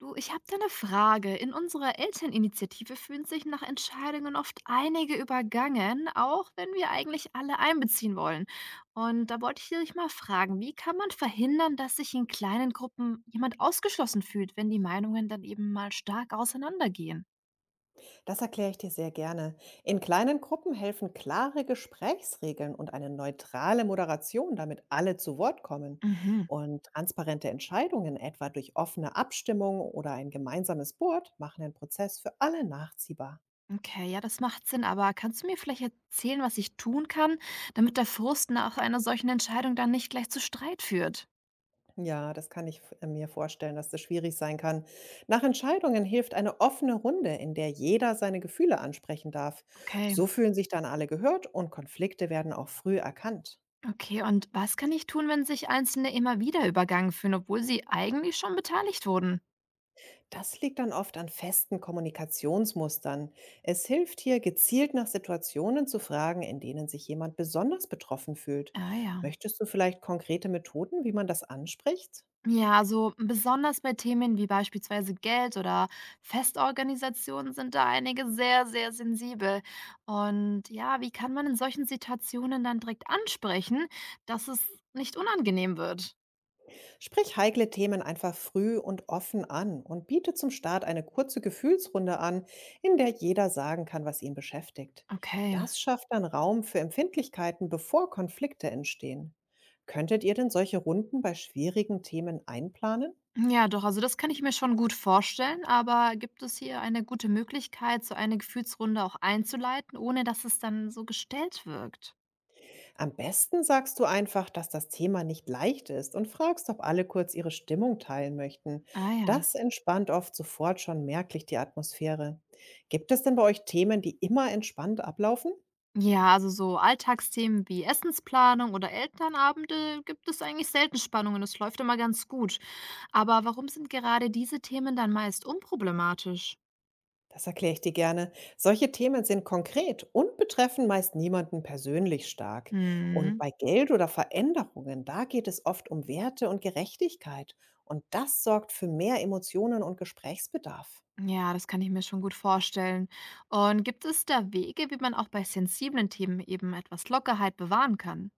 Du, ich habe da eine Frage. In unserer Elterninitiative fühlen sich nach Entscheidungen oft einige übergangen, auch wenn wir eigentlich alle einbeziehen wollen. Und da wollte ich dich mal fragen, wie kann man verhindern, dass sich in kleinen Gruppen jemand ausgeschlossen fühlt, wenn die Meinungen dann eben mal stark auseinandergehen? Das erkläre ich dir sehr gerne. In kleinen Gruppen helfen klare Gesprächsregeln und eine neutrale Moderation, damit alle zu Wort kommen. Mhm. Und transparente Entscheidungen, etwa durch offene Abstimmung oder ein gemeinsames Board, machen den Prozess für alle nachziehbar. Okay, ja, das macht Sinn, aber kannst du mir vielleicht erzählen, was ich tun kann, damit der Frust nach einer solchen Entscheidung dann nicht gleich zu Streit führt? Ja, das kann ich mir vorstellen, dass das schwierig sein kann. Nach Entscheidungen hilft eine offene Runde, in der jeder seine Gefühle ansprechen darf. Okay. So fühlen sich dann alle gehört und Konflikte werden auch früh erkannt. Okay, und was kann ich tun, wenn sich Einzelne immer wieder übergangen fühlen, obwohl sie eigentlich schon beteiligt wurden? Das liegt dann oft an festen Kommunikationsmustern. Es hilft hier, gezielt nach Situationen zu fragen, in denen sich jemand besonders betroffen fühlt. Ah ja. Möchtest du vielleicht konkrete Methoden, wie man das anspricht? Ja, also besonders bei Themen wie beispielsweise Geld oder Festorganisationen sind da einige sehr, sehr sensibel. Und ja, wie kann man in solchen Situationen dann direkt ansprechen, dass es nicht unangenehm wird? Sprich heikle Themen einfach früh und offen an und biete zum Start eine kurze Gefühlsrunde an, in der jeder sagen kann, was ihn beschäftigt. Okay. Das schafft dann Raum für Empfindlichkeiten, bevor Konflikte entstehen. Könntet ihr denn solche Runden bei schwierigen Themen einplanen? Ja, doch, also das kann ich mir schon gut vorstellen, aber gibt es hier eine gute Möglichkeit, so eine Gefühlsrunde auch einzuleiten, ohne dass es dann so gestellt wirkt? Am besten sagst du einfach, dass das Thema nicht leicht ist und fragst, ob alle kurz ihre Stimmung teilen möchten. Ah ja. Das entspannt oft sofort schon merklich die Atmosphäre. Gibt es denn bei euch Themen, die immer entspannt ablaufen? Ja, also so Alltagsthemen wie Essensplanung oder Elternabende gibt es eigentlich selten Spannungen. Das läuft immer ganz gut. Aber warum sind gerade diese Themen dann meist unproblematisch? Das erkläre ich dir gerne. Solche Themen sind konkret und betreffen meist niemanden persönlich stark. Und Mhm. bei Geld oder Veränderungen, da geht es oft um Werte und Gerechtigkeit. Und das sorgt für mehr Emotionen und Gesprächsbedarf. Ja, das kann ich mir schon gut vorstellen. Und gibt es da Wege, wie man auch bei sensiblen Themen eben etwas Lockerheit bewahren kann?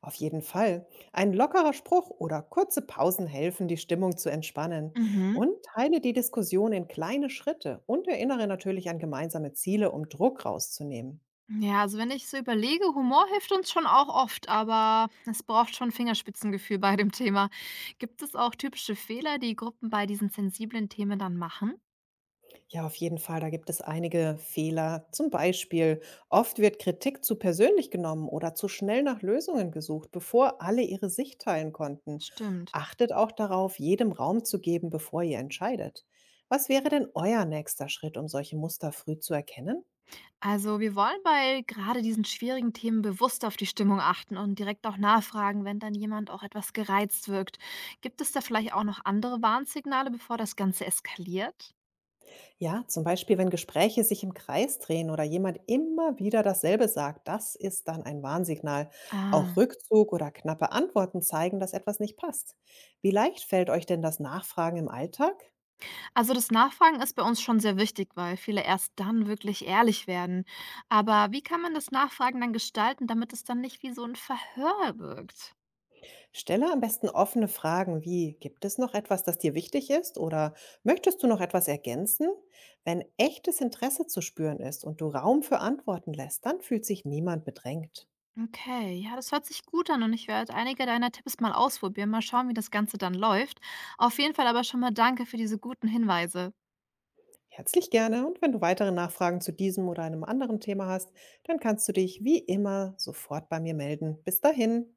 Auf jeden Fall. Ein lockerer Spruch oder kurze Pausen helfen, die Stimmung zu entspannen. Mhm. Und teile die Diskussion in kleine Schritte und erinnere natürlich an gemeinsame Ziele, um Druck rauszunehmen. Ja, also wenn ich so überlege, Humor hilft uns schon auch oft, aber es braucht schon Fingerspitzengefühl bei dem Thema. Gibt es auch typische Fehler, die Gruppen bei diesen sensiblen Themen dann machen? Ja, auf jeden Fall, da gibt es einige Fehler. Zum Beispiel, oft wird Kritik zu persönlich genommen oder zu schnell nach Lösungen gesucht, bevor alle ihre Sicht teilen konnten. Stimmt. Achtet auch darauf, jedem Raum zu geben, bevor ihr entscheidet. Was wäre denn euer nächster Schritt, um solche Muster früh zu erkennen? Also wir wollen bei gerade diesen schwierigen Themen bewusst auf die Stimmung achten und direkt auch nachfragen, wenn dann jemand auch etwas gereizt wirkt. Gibt es da vielleicht auch noch andere Warnsignale, bevor das Ganze eskaliert? Ja, zum Beispiel, wenn Gespräche sich im Kreis drehen oder jemand immer wieder dasselbe sagt, das ist dann ein Warnsignal. Ah. Auch Rückzug oder knappe Antworten zeigen, dass etwas nicht passt. Wie leicht fällt euch denn das Nachfragen im Alltag? Also das Nachfragen ist bei uns schon sehr wichtig, weil viele erst dann wirklich ehrlich werden. Aber wie kann man das Nachfragen dann gestalten, damit es dann nicht wie so ein Verhör wirkt? Stelle am besten offene Fragen wie, gibt es noch etwas, das dir wichtig ist oder möchtest du noch etwas ergänzen? Wenn echtes Interesse zu spüren ist und du Raum für Antworten lässt, dann fühlt sich niemand bedrängt. Okay, ja, das hört sich gut an und ich werde einige deiner Tipps mal ausprobieren, mal schauen, wie das Ganze dann läuft. Auf jeden Fall aber schon mal danke für diese guten Hinweise. Herzlich gerne und wenn du weitere Nachfragen zu diesem oder einem anderen Thema hast, dann kannst du dich wie immer sofort bei mir melden. Bis dahin.